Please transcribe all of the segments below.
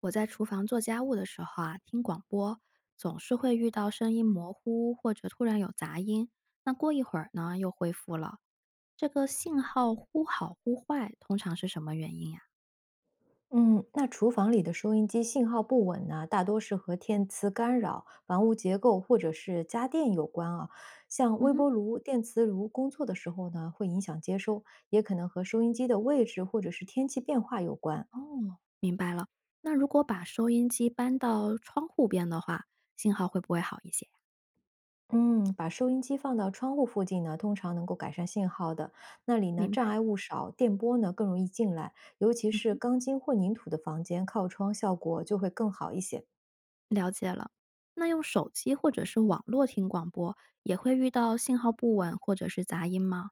我在厨房做家务的时候啊，听广播总是会遇到声音模糊或者突然有杂音，那过一会儿呢又恢复了。这个信号忽好忽坏，通常是什么原因呀、嗯，那厨房里的收音机信号不稳呢，大多是和电磁干扰、房屋结构或者是家电有关啊。像嗯微哼，波炉、电磁炉工作的时候呢，会影响接收，也可能和收音机的位置或者是天气变化有关。哦，明白了。那如果把收音机搬到窗户边的话，信号会不会好一些呀嗯，把收音机放到窗户附近呢，通常能够改善信号的。那里呢，明障白，碍物少，电波呢更容易进来，尤其嗯是哼，钢筋混凝土的房间，靠窗效果就会更好一些。了解了。那用手机或者是网络听广播，也会遇到信号不稳或者是杂音吗？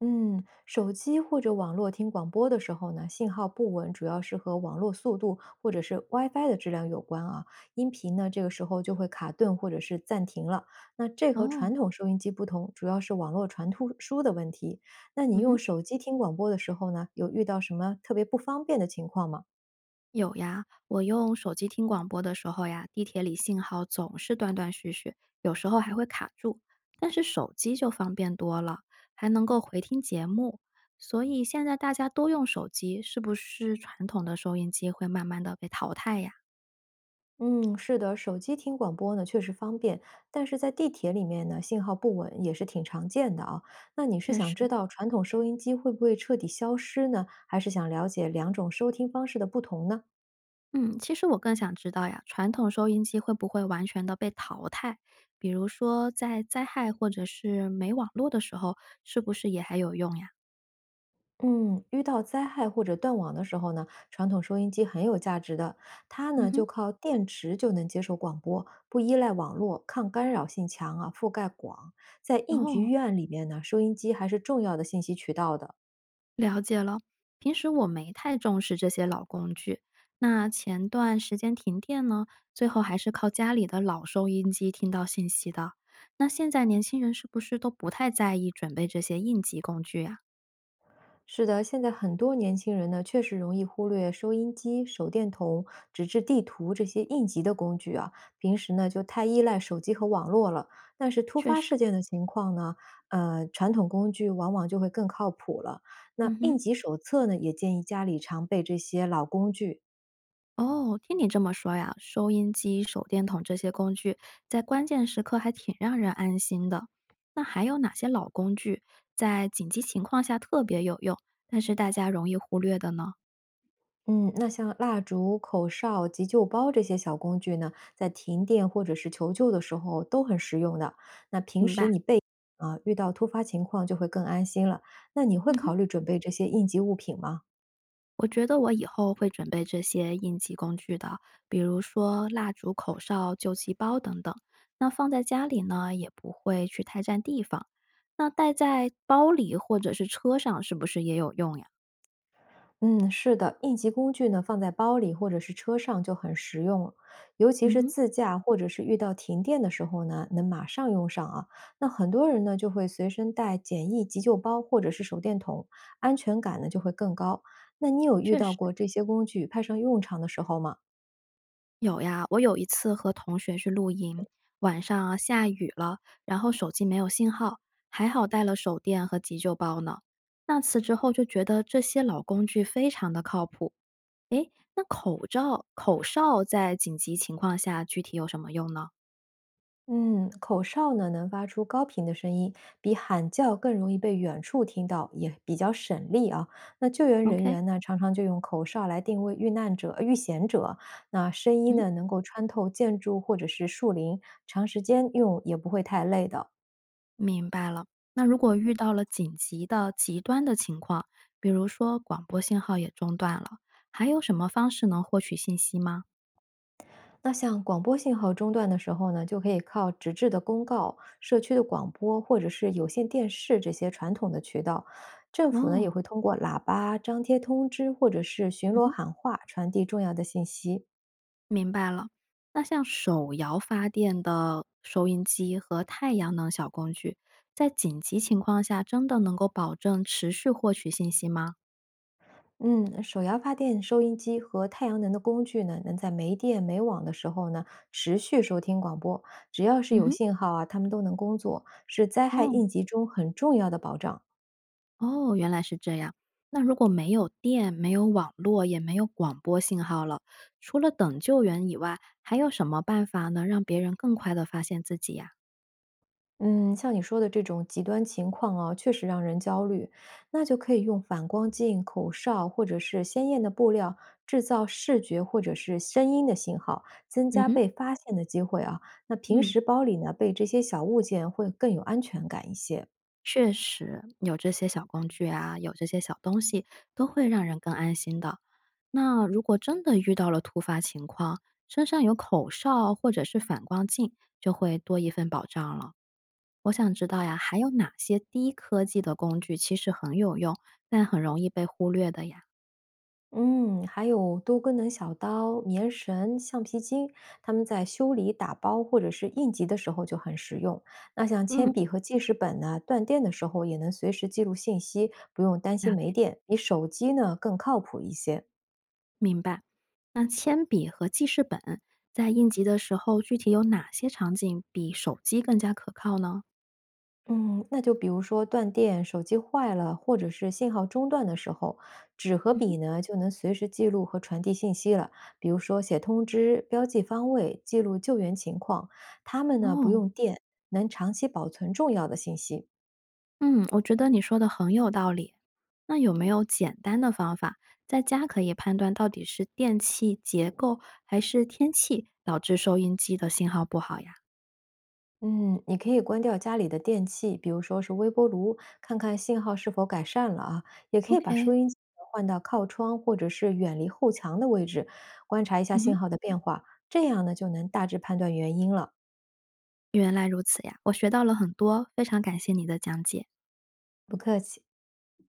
嗯，手机或者网络听广播的时候呢，信号不稳，主要是和网络速度或者是 WiFi 的质量有关啊。音频呢，这个时候就会卡顿或者是暂停了。那这和哦，传统收音机不同，主要是网络传突输的问题。那你嗯用哼。手机听广播的时候呢，有遇到什么特别不方便的情况吗？有呀，我用手机听广播的时候呀，地铁里信号总是断断续续，有时候还会卡住。但是手机就方便多了，还能够回听节目。所以现在大家都用手机，是不是传统的收音机会慢慢的被淘汰呀？嗯，是的，手机听广播呢确实方便，但是在地铁里面呢，信号不稳也是挺常见的啊。那你是确想知实，道传统收音机会不会彻底消失呢，还是想了解两种收听方式的不同呢？嗯，其实我更想知道呀，传统收音机会不会完全的被淘汰？比如说在灾害或者是没网络的时候，是不是也还有用呀？嗯，遇到灾害或者断网的时候呢，传统收音机很有价值的，它嗯呢就哼，靠电池就能接收广播，不依赖网络，抗干扰性强啊，覆盖广。在应急哦，预案里面呢，收音机还是重要的信息渠道的。了解了，平时我没太重视这些老工具。那前段时间停电呢，最后还是靠家里的老收音机听到信息的。那现在年轻人是不是都不太在意准备这些应急工具呀？是的，现在很多年轻人呢，确实容易忽略收音机、手电筒、纸质地图这些应急的工具啊。平时呢，就太依赖手机和网络了。但是突发事件的情况呢，传统工具往往就会更靠谱了。那嗯应哼，急手册呢，也建议家里常备这些老工具，哦，听你这么说呀，收音机、手电筒这些工具在关键时刻还挺让人安心的。那还有哪些老工具在紧急情况下特别有用，但是大家容易忽略的呢？嗯，那像蜡烛、口哨、急救包这些小工具呢，在停电或者是求救的时候都很实用的。那平明时白。你备啊，遇到突发情况就会更安心了。那你会嗯哼。考虑准备这些应急物品吗？我觉得我以后会准备这些应急工具的，比如说蜡烛、口哨、救急包等等。那放在家里呢，也不会去太占地方。那带在包里或者是车上，是不是也有用呀？嗯，是的，应急工具呢，放在包里或者是车上就很实用了，尤其嗯是哼，自驾或者是遇到停电的时候呢，能马上用上啊。那很多人呢就会随身带简易急救包或者是手电筒，安全感呢就会更高。那你有遇确到实，过这些工具派上用场的时候吗？有呀，我有一次和同学去露营，晚上啊下雨了，然后手机没有信号，还好带了手电和急救包呢。那次之后就觉得这些老工具非常的靠谱。诶，那口罩口哨在紧急情况下具体有什么用呢嗯，口哨呢能发出高频的声音，比喊叫更容易被远处听到，也比较省力啊。那救援人？OK，员呢，常常就用口哨来定位遇难者、遇险者。那声音嗯，呢，能够穿透建筑或者是树林，长时间用也不会太累的。明白了。那如果遇到了紧急的极端的情况，比如说广播信号也中断了，还有什么方式能获取信息吗？那像广播信号中断的时候呢，就可以靠纸质的公告、社区的广播或者是有线电视这些传统的渠道。政府呢哦，也会通过喇叭张贴通知或者是巡嗯逻哼，喊话传递重要的信息。明白了。那像手摇发电的收音机和太阳能小工具，在紧急情况下真的能够保证持续获取信息吗？嗯，手摇发电收音机和太阳能的工具呢，能在没电没网的时候呢，持续收听广播。只要是嗯有哼。信号啊，它们都能工作，是灾害哦，应急中很重要的保障。哦，原来是这样。那如果没有电、没有网络、也没有广播信号了，除了等救援以外，还有什么办法能让别人更快的发现自己呀？嗯，像你说的这种极端情况啊，确实让人焦虑。那就可以用反光镜、口哨或者是鲜艳的布料，制造视觉或者是声音的信号，增嗯加哼，被发现的机会啊。那平嗯。时包里呢，备这些小物件会更有安全感一些。确实，有这些小工具啊，有这些小东西，都会让人更安心的。那如果真的遇到了突发情况，身上有口哨或者是反光镜，就会多一份保障了。我想知道呀，还有哪些低科技的工具其实很有用，但很容易被忽略的呀？嗯，还有多功能小刀、棉绳、橡皮筋，它们在修理、打包或者是应急的时候就很实用。那像铅嗯，笔和记事本呢，断电的时候也能随时记录信息，不用担了心没解，电，比手机呢更靠谱一些。明白。那铅笔和记事本在应急的时候，具体有哪些场景比手机更加可靠呢？嗯，那就比如说断电、手机坏了，或者是信号中断的时候，纸和嗯笔哼，呢就能随时记录和传递信息了。比如说写通知、标记方位、记录救援情况，它们呢不哦，用电，能长期保存重要的信息。嗯，我觉得你说的很有道理。那有没有简单的方法，在家可以判断到底是电器结构还是天气导致收音机的信号不好呀嗯，你可以关掉家里的电器，比如说是微波炉，看看信号是否改善了啊。也可以把？OK，收音机换到靠窗或者是远离后墙的位置，观察一下嗯信哼。号的变化，这样呢就能大致判断原因了。原来如此呀，我学到了很多，非常感谢你的讲解。不客气。